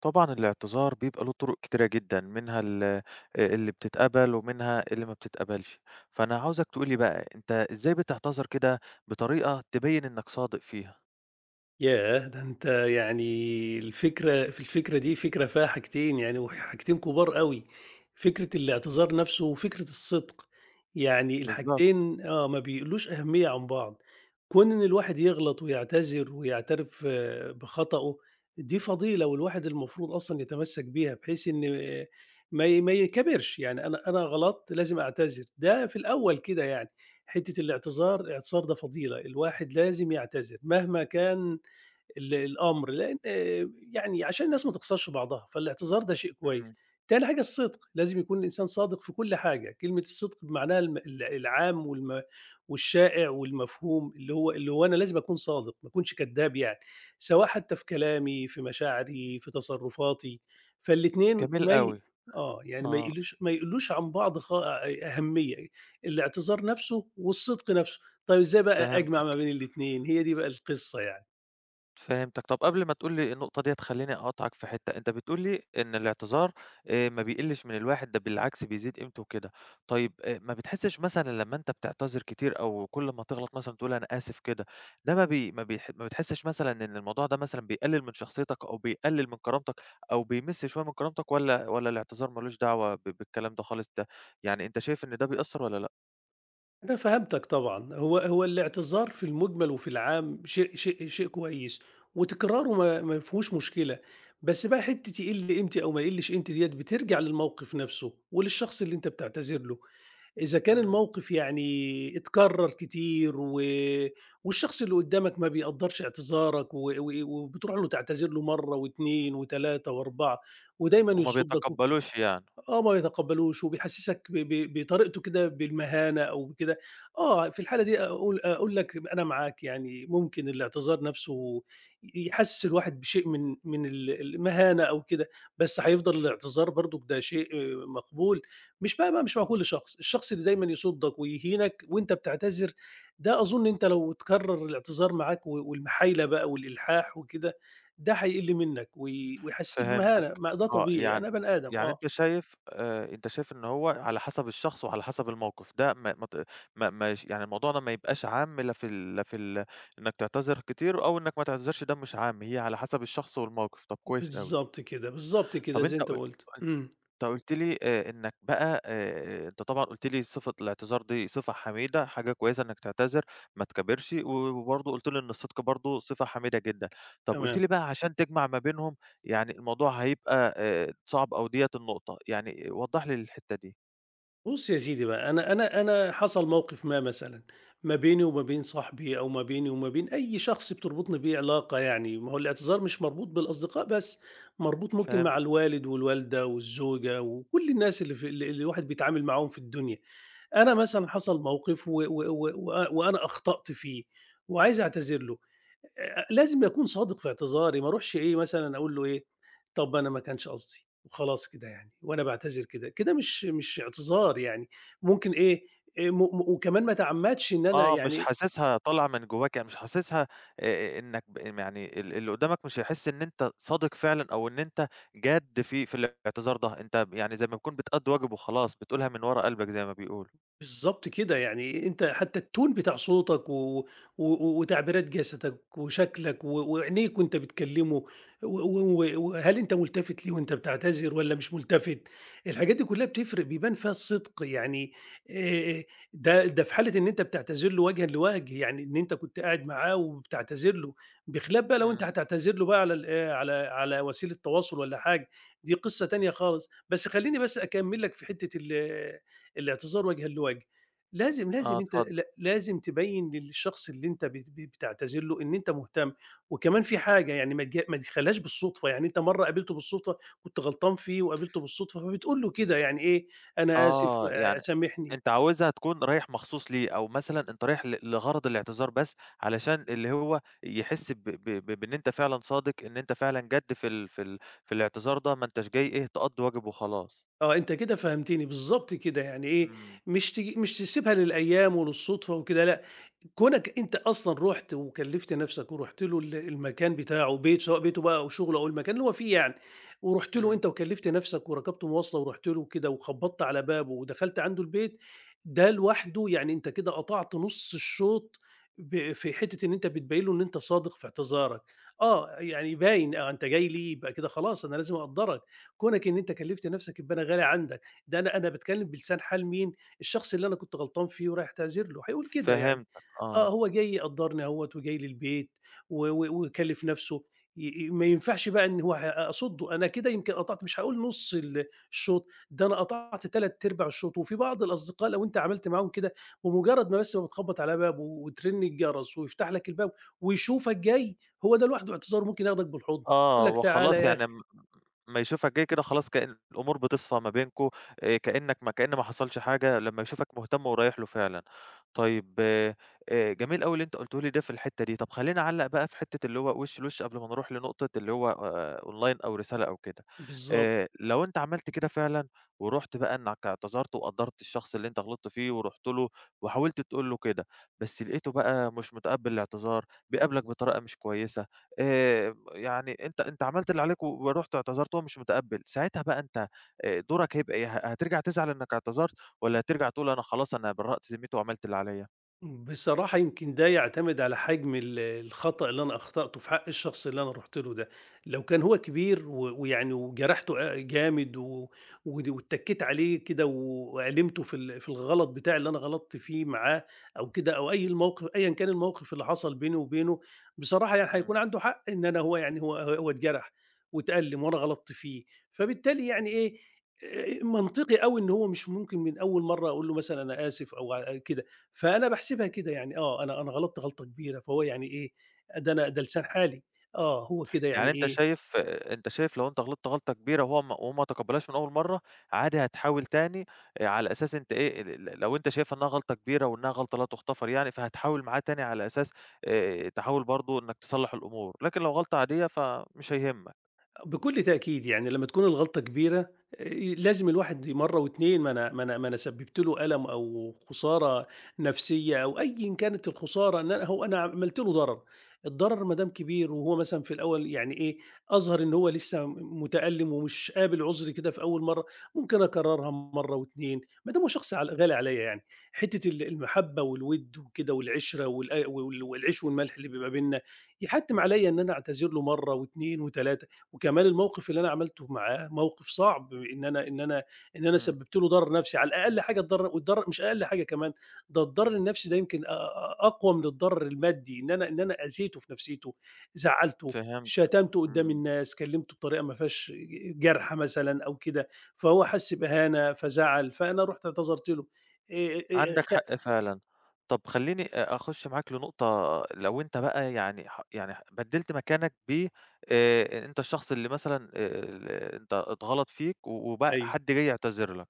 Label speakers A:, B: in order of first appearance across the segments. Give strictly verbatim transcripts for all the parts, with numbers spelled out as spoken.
A: طبعًا الاعتذار بيبقى له طرق كتيرة جدًا، منها ال آآ اللي بتتقبل ومنها اللي ما بتتقبلش، فأنا عاوزك تقول لي بقى أنت إزاي بتعتذر كده بطريقة تبين إنك صادق فيها؟
B: ياه! ده أنت يعني الفكرة في الفكرة دي فكرة فيها حاجتين يعني وحاجتين كبار أوي، فكرة الاعتذار نفسه وفكرة الصدق، يعني
A: بالضبط.
B: الحاجتين آه، ما بيقلوش أهمية عن بعض. كون إن الواحد يغلط ويعتذر ويعترف آه، بخطأه دي فضيلة والواحد المفروض أصلًا يتمسك بيها بحيث إن آه، ما ي ما يكابرش، يعني أنا أنا غلطت لازم أعتذر، ده في الأول كده يعني. حتة الاعتذار الاعتذار ده فضيلة، الواحد لازم يعتذر مهما كان ال الأمر، لإن آه، يعني عشان الناس ما تخسرش بعضها، فالاعتذار ده شيء كويس.
A: إمم.
B: تاني حاجة الصدق، لازم يكون الإنسان صادق في كل حاجة، كلمة الصدق بمعناها الم ال العام والم والشائع والمفهوم، اللي هو اللي هو أنا لازم أكون صادق، ما أكونش كدّاب يعني، سواء حتى في كلامي، في مشاعري، في تصرفاتي، فالاتنين
A: جميل
B: ما ي
A: أوي.
B: آه، يعني ما
A: آه.
B: يقلوش ما يقلوش عن بعض خا أ أهمية، الاعتذار نفسه والصدق نفسه. طيب إزاي بقى أجمع ما
A: فهمتك.
B: بين الاتنين؟ هي دي بقى القصة يعني.
A: فهمتك. طب قبل ما تقول لي النقطة ديّة خلّيني أقاطعك في حتّة، أنت بتقول لي إن الاعتذار آآ ما بيقلّش من الواحد ده بالعكس بيزيد قيمته وكده. طيب آآ ما بتحسّش مثلًا لمّا أنت بتعتذر كتير أو كل ما تغلط مثلًا تقول أنا آسف كده، ده ما بي ما بيح ما بتحسّش مثلًا إن الموضوع ده مثلًا بيقلّل من شخصيتك أو بيقلّل من كرامتك أو بيمِس شوية من كرامتك والّا والّا الاعتذار ما لوش دعوة ب بالكلام ده خالص ده، يعني أنت شايف إن ده بيأثّر والّا لأ؟
B: أنا فهمتك طبعًا، هو هو الاعتذار في المُجمل وفي العام شيء شيء شيء كويس، وتكراره ما ما فيهوش مشكلة، بس بقى حتّة يقِل قيمتي أو ما يقِلِّش قيمتي ديّة بترجع للموقف نَفْسه وللشخص اللي أنت بتعتذر له، إذا كان
A: إمم.
B: الموقف يعني اتكرر كتير و والشخص اللي قدّامك ما بيقدّرش اعتذارك و و وبتروح له تعتذر له مرة واتنين وتلاتة وأربعة ودايمًا
A: وما
B: يصُدّك وكده.
A: بيتقبّلوش يعني.
B: آه، ما يتقبّلوش وبيحسّسك ب ب بطريقته كده بالمهانة أو بكده، آه، في الحالة دي أقول أقول لك أنا معاك، يعني ممكن الاعتذار نَفْسه ي يحسّس الواحد بشيء من من ال المهانة أو كده، بس هيفضل الاعتذار برضُك ده شيء آه، مقبول. مش بقى بقى مش مع كل شخص، الشخص اللي دايمًا يصُدّك ويهينك وأنت بتعتذر، ده أظُن أنت لو تكرّر الاعتذار معاك و والمحايلة بقى والإلحاح وكده، ده هيقِل منّك وي ويحسّسك
A: فهمتك.
B: بمهانة، ما ده
A: آه،
B: طبيعي،
A: يعني
B: أنا بني آدم،
A: يعني
B: آه.
A: أنت شايف آآ، أنت شايف إن هو على حسب الشخص وعلى حسب الموقف، ده ما ما ت ما ما يش يعني الموضوع ده ما يبقاش عام لا في ال لا في ال إنك تعتذر كتير أو إنك ما تعتذرش ده مش عام، هي على حسب الشخص والموقف، طب كويس أوي.
B: بالضبط كده، بالضبط كده
A: طب
B: زي
A: أنت
B: أنت
A: قُل
B: ما قُلت. إمم،
A: أنت قُلت لي آآ إنّك بقى آآ أنت طبعًا قُلت لي صفة الاعتذار دي صفة حميدة، حاجة كويسة إنّك تعتذر ما تكابرش، و وبرضه قُلت لي إن الصدق برضه صفة حميدة جدًا. طب قُلت
B: تمام.
A: لي بقى عشان تجمع ما بينهم، يعني الموضوع هيبقى آآ صعب أو ديّة النقطة، يعني وضّح لي الحتّة دي.
B: بُص يا سيدي بقى، أنا أنا أنا حصل موقف ما مثلًا، ما بيني وما بين صاحبي أو ما بيني وما بين أي شخص بتربطني بيه علاقة يعني، ما هو الاعتذار مش مربوط بالأصدقاء بس، مربوط ممكن مع
A: فهمت.
B: الوالد والوالدة والزوجة وكل الناس اللي في اللي اللي الواحد بيتعامل معاهم في الدنيا. أنا مثلًا حصل موقف و و و وأ وأنا أخطأت فيه وعايز أعتذر له، آآ لازم أكون صادق في اعتذاري، ما أروحش إيه مثلًا أقول له إيه، طَب أنا ما كانش قصدي وخلاص كده يعني وأنا باعتذر كده، كده مش مش اعتذار يعني، ممكن إيه، آآ م م وكمان ما أتعمّدش إن أنا
A: آه، مش
B: يعني
A: حاسسها طالعة من جواك، يعني مش حاسسها آآ إنك ب يعني ال اللي قدّامك مش هيحس إن أنت صادق فعلًا أو إن أنت جاد في في الاعتذار ده، أنت ب يعني زي ما بتكون بتأدّي واجب وخلاص، بتقولها من ورا قلبك زي ما بيقولوا.
B: بالضبط كده، يعني أنت حتى الtone بتاع صوتك و و و- وتعبيرات جسدك وشكلك و وعينيك وأنت بتكلمه و و و- وهل أنت ملتفت ليه وأنت بتعتذر والّا مش ملتفت، الحاجات دي كلها بتفرق بيبان فيها الصدق، يعني آآ ده ده في حالة إن أنت بتعتذر له وجهًا لوجه، يعني إن أنت كنت قاعد معاه وبتعتذر له، بخلاف بقى لو أنت
A: إمم.
B: هتعتذر له بقى على ال آآ على على وسيلة تواصل والّا حاجة، دي قصة تانية خالص، بس خلّيني بس أكمّل لك في حتة ال الاعتذار وجهًا لوجه، لازم
A: آه
B: لازم أنت
A: اتفضل.
B: لا لازم تبيّن للشخص اللي أنت بت ب بتعتذر له إن أنت مهتم، وكمان في حاجة يعني ما تج ما تخلّيهاش بالصدفة، يعني أنت مرّة قابلته بالصدفة كنت غلطان فيه وقابلته بالصدفة، فبتقول له كده يعني إيه، أنا آسف
A: آه،
B: آآ
A: يعني
B: سامحني.
A: أنت عاوزها تكون رايح مخصوص ليه، أو مثلًا أنت رايح ل لغرض الاعتذار بس علشان اللي هو يحس ب ب ب بإن أنت فعلًا صادق، إن أنت فعلًا جاد في ال في ال في الاعتذار ده، ما أنتاش جاي إيه، تقضّي واجب وخلاص.
B: آه أنت كده فهمتني، بالضبط كده، يعني إيه،
A: إمم.
B: مش تيجي مش تسيبها للأيام وللصدفة وكده لأ، كونك أنت أصلًا رُحت وكلّفت نَفْسك ورُحت له ال المكان بتاعه بيت سواء بيته بقى أو شُغله أو المكان اللي هو فيه يعني، ورُحت له
A: إمم.
B: أنت وكلّفت نَفْسك وركبت مواصلة ورُحت له كده وخبّطت على بابه ودخلت عنده البيت، ده لوحده يعني أنت كده قطعت نُص الشوط ب في حتّة إن أنت بتبيّن له إن أنت صادق في اعتذارك. آه، يعني باين آه، أنت جاي لي يبقى كده خلاص أنا لازم أقدّرك، كونك إن أنت كلّفت نَفْسك يبقى أنا غالي عندك، ده أنا أنا باتكلّم بلسان حال مين؟ الشخص اللي أنا كنت غلطان فيه ورايح أعتذر له، هيقول كده يعني.
A: فهمتك.
B: آه،
A: آه،
B: هو جاي يقدّرني أهوّة وجاي لي البيت و و ويكلّف نَفْسه، ي ي ما ينفعش بقى إن هو ه أصُدّه، أنا كده يمكن قطعت مش هاقول نُص ال الشوط، ده أنا قطعت ثلاثة أرباع الشوط، وفي بعض الأصدقاء لو أنت عملت معاهم كده، بمُجرّد ما بس ما بتخبّط على باب و وترن الجرس ويفتح لك الباب ويشوفك جاي، هو ده لوحده اعتذار ممكن ياخدك بالحضن، يقول
A: آه.
B: لك تعالَ
A: وخلاص
B: يا
A: يعني
B: أخي
A: م أمّا يشوفك جاي كده خلاص كأن الأمور بتصفى ما بينكم، آآ كأنك ما كأن ما حصلش حاجة لمّا يشوفك مهتم ورايح له فعلًا. طيب آآ جميل أوي اللي أنت قُلته لي ده في الحتّة دي، طب خلّيني أعلّق بقى في حتّة اللي هو وِش لوِش قبل ما نروح لنقطة اللي هو آآ أونلاين أو رسالة أو كده.
B: بالضبط.
A: آآ لو أنت عملت كده فعلًا ورُحت بقى إنّك اعتذرت وقدّرت الشخص اللي أنت غلطت فيه ورُحت له وحاولت تقول له كده، بس لقيته بقى مش متقبّل الاعتذار، بيقابلك بطريقة مش كويسة، آآ يعني أنت أنت عملت اللي عليك و ورُحت اعتذرت وهو مش متقبّل، ساعتها بقى أنت آآ دورك هيبقى إيه؟ ه هترجع تزعل إنّك اعتذرت والّا هترجع تقول أنا خلاص أنا برّأت ذمّتي وعملت اللي عليّا؟
B: بصراحة يمكن ده يعتمد على حجم ال الخطأ اللي أنا أخطأته في حق الشخص اللي أنا رُحت له ده، لو كان هو كبير و ويعني وجرحته أ جامد و ود واتّكيت عليه كده و- وألمته في ال في الغلط بتاعي اللي أنا غلطت فيه معاه أو كده أو أي الموقف أيًا كان الموقف اللي حصل بيني وبينه، بصراحة يعني
A: إمم.
B: هيكون عنده حق إن أنا هو يعني هو هو اتجرح واتألم وأنا غلطت فيه، فبالتالي يعني إيه، آآ منطقي أوي إن هو مش ممكن من أول مرّة أقول له مثلًا أنا آسف أو ع كده. فأنا باحسبها كده يعني آه، أنا أنا غلطت غلطة كبيرة، فهو يعني إيه، ده أنا ده لسان حالي، آه، هو كده
A: يعني
B: يعني
A: أنت
B: إيه.
A: شايف آه، أنت شايف لو أنت غلطت غلطة كبيرة وهو ما وهو ما تقبّلهاش من أول مرّة، عادي هتحاول تاني آآ على أساس أنت إيه ال ل لو أنت شايف إنّها غلطة كبيرة وإنّها غلطة لا تُغتفر يعني، فهتحاول معاه تاني على أساس آآ تحاول برضه إنّك تصلّح الأمور، لكن لو غلطة عادية فمش هيهمّك.
B: بكل تأكيد يعني لمّا تكون الغلطة كبيرة آآ، لازم الواحد مرة واتنين ما أنا ما أنا ما أنا سببت له ألم أو خسارة نفسية أو أيًا كانت الخسارة إن أنا هو أنا عملت له ضرر، الضرر ما دام كبير وهو مثلًا في الأول يعني إيه أظهر إن هو لسه م متألم ومش قابل عذري كده في أول مرّة، ممكن أكررها مرة واتنين ما دام هو شخص عل غالي عليَّ يعني، حتة ال المحبة والوِد وكده والعِشرة والأ وال والعيش والملح اللي بيبقى بيننا يحتّم عليَّ إن أنا أعتذر له مرة واتنين وتلاتة. وكمان الموقف اللي أنا عملته معاه موقف صعب إن أنا إن أنا إن أنا
A: إمم.
B: سببت له ضرر نفسي على الأقل حاجة الضرر والضرر مش أقل حاجة كمان، ده الضرر النفسي ده يمكن أ- أ- أقوى من الضرر المادي إن أنا إن أنا أذيته في نفسيته، زعلته،
A: فهمت.
B: شتمته قدام
A: إمم.
B: الناس، كلمته بطريقه ما فيهاش جرح مثلا او كده، فهو حس باهانه فزعل فانا رحت اعتذرت له. إيه إيه إيه،
A: عندك حق
B: خ-
A: فعلًا. طب خلّيني أ أخُش معاك لنقطة لو أنت بقى يعني ح يعني ح بدّلت مكانك ب آآ أنت الشخص اللي مثلًا آآ ال أنت اتغلط فيك و وبقى حد
B: ايوه.
A: جاي يعتذر لك،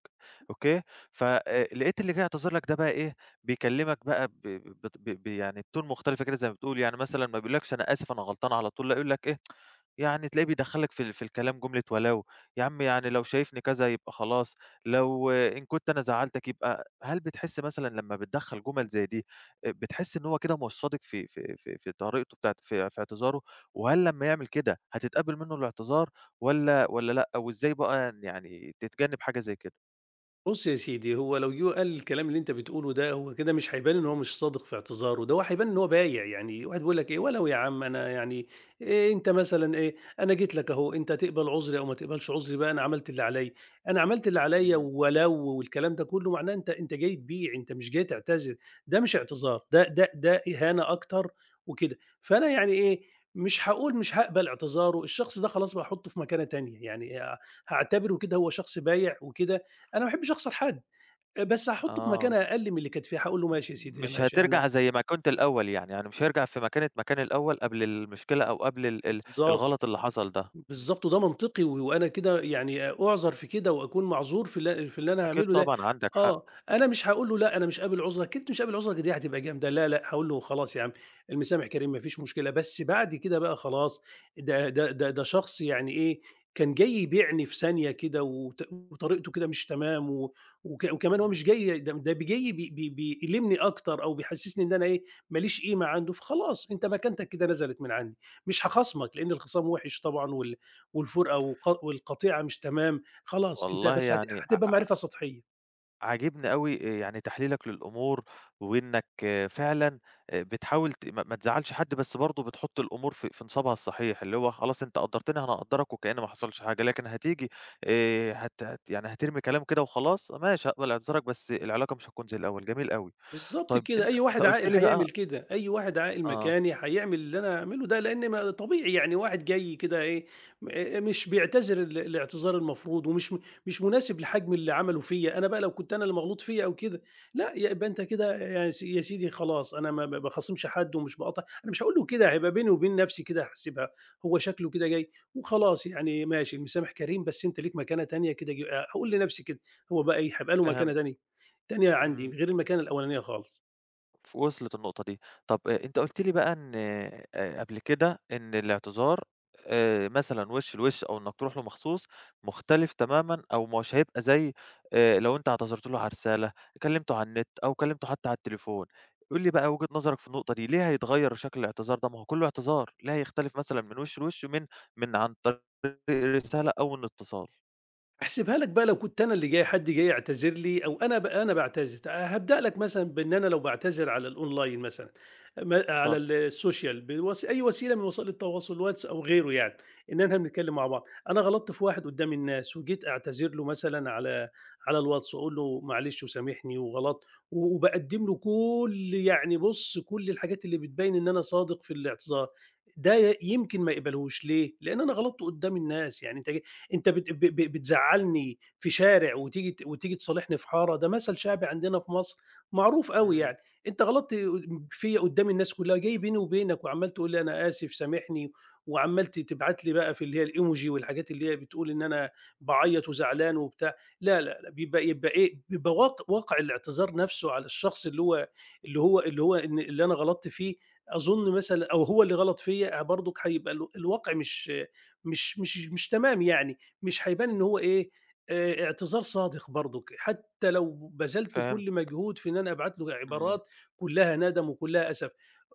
A: أوكي؟ ف آآ لقيت اللي جاي يعتذر لك ده بقى إيه، بيكلّمك بقى ب بط ب ب يعني بتون مختلفة كده زي ما بتقول، يعني مثلًا ما بيقولكش أنا آسف أنا غلطان على طول، لأ يقول لك إيه، يعني تلاقيه بيدخّلك في ال في الكلام جملة ولو، يا عم يعني لو شايفني كذا يبقى خلاص، لو آه، إن كنت أنا زعّلتك يبقى هل بتحس مثلًا لمّا بتدخّل جُمل زي دي، آآ بتحس إن هو كده مُوصّدِك في في في في طريقته بتاعة في في اعتذاره، وهل لمّا يعمل كده هتتقبّل منّه الاعتذار والّا والّا لأ، وإزاي بقى يعني تتجنّب حاجة زي كده؟
B: بُص يا سيدي، هو لو جه وقال الكلام اللي أنت بتقوله ده، هو كده مش هيبان إن هو مش صادق في اعتذاره، ده هو هيبان إن هو بايع، يعني واحد بيقول لك إيه: "ولو يا عم أنا يعني آآ أنت مثلًا إيه، أنا جيت لك أهو، أنت تقبل عذري أو ما تقبلش عذري بقى أنا عملت اللي عليَّ، أنا عملت اللي عليَّ
A: إمم.
B: ولو"، والكلام ده كله، معناه أنت أنت جاي تبيع، أنت مش جاي تعتذر، ده مش اعتذار، ده ده ده إهانة أكتر وكده. فأنا يعني إيه، مش هاقول مش هاقبل اعتذاره، الشخص ده خلاص باحطه في مكانة تانية، يعني آآ هاعتبره كده هو شخص بايع وكده، أنا ما باحبش أخسر حد، بس هاحطّه في مكانة
A: آه.
B: أقل من اللي كانت فيها، هاقول له ماشي يا سيدي،
A: مش
B: ماشي أنا
A: هترجع زي ما كنت الأول يعني، يعني مش هيرجع في مكانة مكان الأول قبل المشكلة أو قبل ال ال الغلط
B: بالضبط.
A: اللي حصل ده. إمم.
B: بالضبط، وده منطقي و وأنا كده يعني أُعذر في كده وأكون معذور في ال في اللي أنا
A: أكيد
B: هاعمله ده.
A: طبعًا عندك حق.
B: آه، أنا مش هاقول له لأ أنا مش قابل عُذرك، كلمة مش قابل عُذرك دي هتبقى جامدة، لا، لأ، هاقول له خلاص يا عم المسامح كريم ما فيش مشكلة، بس بعد كده بقى خلاص، ده ده ده ده شخص يعني إيه، كان جاي يبيعني في ثانية كده وط وطريقته كده مش تمام و وك وكمان هو
A: إمم.
B: مش جاي ده ده بي جاي بي بي بيألمني أكتر أو بيحسسني إن أنا إيه، ما ليش قيمة عنده، فخلاص أنت مكانتك كده نزلت من عندي. مش هاخاصمك، لإن الخصام وِحِش طبعًا وال والفُرقة وق والقطيعة مش تمام، خلاص أنت
A: والله
B: بس هت
A: يعني
B: هتبقى
A: ع
B: معرفة سطحية.
A: عاجبني أوي آآ يعني تحليلك للأمور، وإنك آه، فعلًا آآ بتحاول ت ما ما تزعّلش حد، بس برضه بتحُط الأمور في في نصابها الصحيح، اللي هو خلاص أنت قدّرتني أنا هاقدّرك وكأن ما حصلش حاجة، لكن هتيجي آآ هت هت يعني هترمي كلام كده وخلاص، ماشي هاقبل اعتذارك بس العلاقة مش هتكون زي الأول، جميل أوي.
B: بالضبط
A: طيب
B: كده،
A: أنت
B: أي
A: أنت
B: واحد
A: قُلت
B: عاقل
A: لي بقى
B: هيعمل كده، أي واحد عاقل
A: آه.
B: مكاني هيعمل اللي أنا هاعمله ده، لإن ما طبيعي يعني واحد جاي كده إيه، آآ مش بيعتذر ال الاعتذار المفروض ومش م مش مناسب لحجم اللي عمله فيّا، أنا بقى لو كنت أنا اللي مغلوط فيّا أو كده، لأ يبقى أنت كده يا س يا سيدي خلاص أنا ما ب باخاصمش حد ومش باقاطع أنا مش هاقول له كده، هيبقى بيني وبين نفسي كده هاحسبها، هو شكله كده جاي وخلاص يعني ماشي المسامح كريم، بس أنت ليك مكانة تانية كده ج هاقول لنفسي كده، هو بقى إيه، هيبقى له مكانة
A: فهمتك.
B: تانية، تانية عندي
A: إمم.
B: غير المكانة الأولانية خالص.
A: ف- وصلت النقطة دي. طب آآ أنت قُلت لي بقى إن آآ قبل كده إن الاعتذار آآ مثلًا وِش لوِش أو إنّك تروح له مخصوص، مختلف تمامًا أو مش هيبقى زي آآ لو أنت اعتذرت له على رسالة، كلّمته على النت أو كلّمته حتّى على التليفون. قُل لي بقى وجهة نظرك في النقطة دي، ليه هيتغيّر شكل الاعتذار ده؟ ما هو كُلّه اعتذار، ليه هيختلف مثلًا من وِش لوِش من من عن طريق رسالة أو من اتصال؟
B: هاحسبها لك بقى لو كنت أنا اللي جاي حد جاي يعتذر لي أو أنا ب أنا باعتذر، هابدأ لك مثلًا بإن أنا لو باعتذر على الأونلاين مثلًا ما على
A: اتفضل.
B: ال- السوشيال بوس أي وسيلة من وسائل التواصل واتس أو غيره يعني، إن إحنا بنتكلم مع بعض، أنا غلطت في واحد قدّام الناس وجيت أعتذر له مثلًا على على الواتس وأقول له معلش وسامحني وغلطت، و وباقدّم له كل يعني بُص كل الحاجات اللي بتبين إن أنا صادق في الاعتذار، ده ي يمكن ما يقبلهوش ليه؟ لإن أنا غلطت قدّام الناس يعني أنت ج أنت بت ب ب بتزعّلني في شارع وتيجي ت وتيجي تصالحني في حارة، ده مثل شعبي عندنا في مصر معروف أوي
A: إمم.
B: يعني، أنت غلطت فيّا قدّام الناس كلّها، جاي بيني وبينك وعمّال تقول لي أنا آسف سامحني، وعمّال ت تبعت لي بقى في اللي هي الemoji والحاجات اللي هي بتقول إن أنا باعيّط وزعلان وبتاع، لا، لا، لأ، بيبقى يبقى إيه، بيبقى واق واقع الاعتذار نَفْسه على الشخص اللي هو اللي هو اللي هو إن اللي أنا غلطت فيه، أظن مثلًا أو هو اللي غلط فيّا برضُك هيبقى ال الواقع مش مش مش مش تمام يعني. مش هيبان إن هو إيه، آآ اعتذار صادق برضُك، حتى لو بذلت
A: فهمت.
B: كل مجهود في إن أنا أبعت له
A: إمم.
B: عبارات كلّها ندم وكلّها أسف.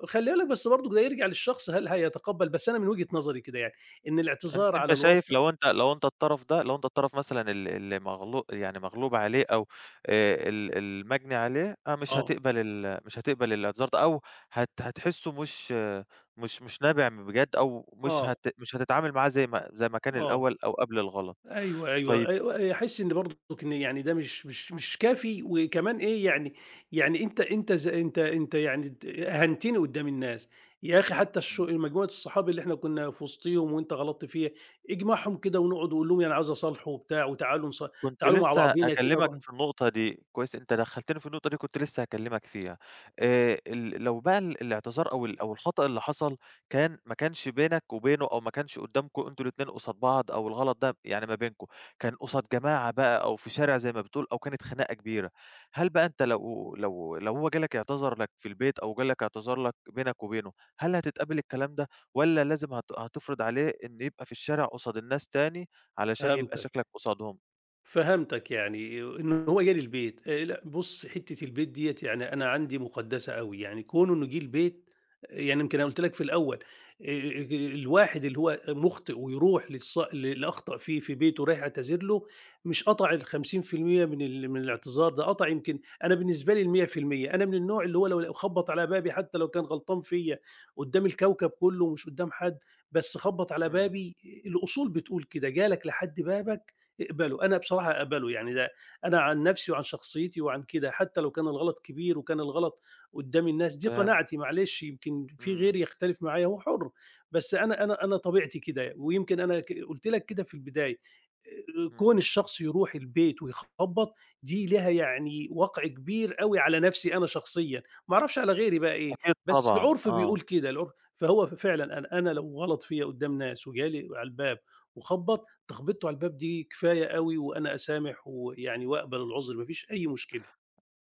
B: خلّي بالك بس برضُك ده يرجع للشخص هل هيتقبّل، بس أنا من وجهة نظري كده يعني، إن
A: أن
B: الاعتذار
A: أنت
B: على
A: شايف
B: الواتس أو
A: لو أنت لو أنت الطرف ده لو أنت الطرف مثلًا ال اللي مغلو يعني مغلوب عليه أو آآ ال المجني عليه آه، مش
B: آه،
A: هتقبل ال مش هتقبل الاعتذار ده أو هت هتحسّه مش آه، مش مش نابع بجد أو مش
B: آه،
A: هت مش هتتعامل معاه زي ما زي ما كان
B: آه.
A: الأول أو قبل الغلط.
B: أيوه، أيوه،
A: طيب
B: أيوه، أيوه، أحس إن برضُك إن يعني ده مش مش مش كافي، وكمان إيه يعني، يعني أنت أنت ز أنت أنت يعني د أهنتني قدّام الناس، يا أخي حتى الش مجموعة الصحاب اللي إحنا كنا في وسطيهم وأنت غلطت فيها، اجمعهم كده ونقعد وقُل لهم أنا عاوز أصالحه وبتاع وتعالوا نص
A: كنت
B: تعالوا مع
A: لسه
B: بعضينا كده
A: هاكلّمك
B: نروح.
A: في النقطة دي، كويس أنت دخّلتني في النقطة دي كنت لسه هاكلّمك فيها، آآ ال لو بقى ال الاعتذار أو ال أو الخطأ اللي حصل كان ما كانش بينك وبينه أو ما كانش قدّامكم أنتم الاتنين قصاد بعض أو الغلط ده يعني ما بينكم، كان قصاد جماعة بقى أو في شارع زي ما بتقول أو كانت خناقة كبيرة، هل بقى أنت لو لو لو هو جه لك اعتذر لك في البيت أو جه لك اعتذار لك بينك وبينه، هل هتتقبل الكلام ده والّا لازم هت هتفرض عليه إن يبقى في الشارع قصاد الناس تاني علشان يبقى
B: فهمتك.
A: شكلك قصادهم؟
B: فهمتك يعني إن هو جالي البيت، آآ لأ بُص حتّة البيت ديّة يعني أنا عندي مقدّسة أوي، يعني كونه إنه جِه البيت آه، يعني يمكن أنا قُلت لك في الأول آآ الواحد اللي هو مُخطئ ويروح للص للي أخطأ فيه في بيته رايح أعتذر له، مش قطع الخمسين بالمية من ال من الاعتذار ده، قطع يمكن أنا بالنسبة لي المية بالمية، أنا من النوع اللي هو لو لو خبّط على بابي حتى لو كان غلطان فيّا قدّام الكوكب كُلّه ومش قدّام حد، بس خبّط على
A: إمم.
B: بابي الأصول بتقول كده، جالك لحد بابك اقبله، أنا بصراحة أقبله، يعني ده أنا عن نفسي وعن شخصيتي وعن كده حتى لو كان الغلط كبير وكان الغلط قدّام الناس، دي
A: فهمتك.
B: قناعتي معلش يمكن في
A: إمم.
B: غيري يختلف معايا هو حُر، بس أنا أنا أنا طبيعتي كده، ويمكن أنا ك قُلت لك كده في البداية، آآ
A: إمم.
B: كون الشخص يروح البيت ويخبّط دي ليها يعني وَقْع كبير أوي على نفسي أنا شخصيًا، ما أعرفش على غيري بقى إيه،
A: أكيد
B: بس
A: طبعًا.
B: العُرف
A: آه.
B: بيقول كده، العُرف فهو ف فعلًا أنا أنا لو غلط فيّا قدّام ناس وجه لي على الباب وخبّط تخبطته على الباب دي كفاية أوي وأنا أسامح ويعني وأقبل العُذر ما فيش أي مشكلة.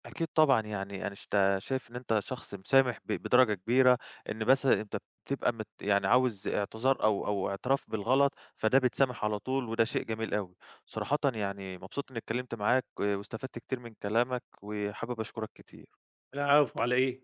A: أكيد طبعًا، يعني أنا شت شايف إن أنت شخص مسامح ب بدرجة كبيرة، إن بس أنت بتبقى مت يعني عاوز اعتذار أو أو اعتراف بالغلط، فده بتسامح على طول، وده شيء جميل أوي، صراحةً يعني مبسوط إني اتكلمت معاك واستفدت كتير من كلامك، وحابب أشكرك كتير.
B: العفو على إيه؟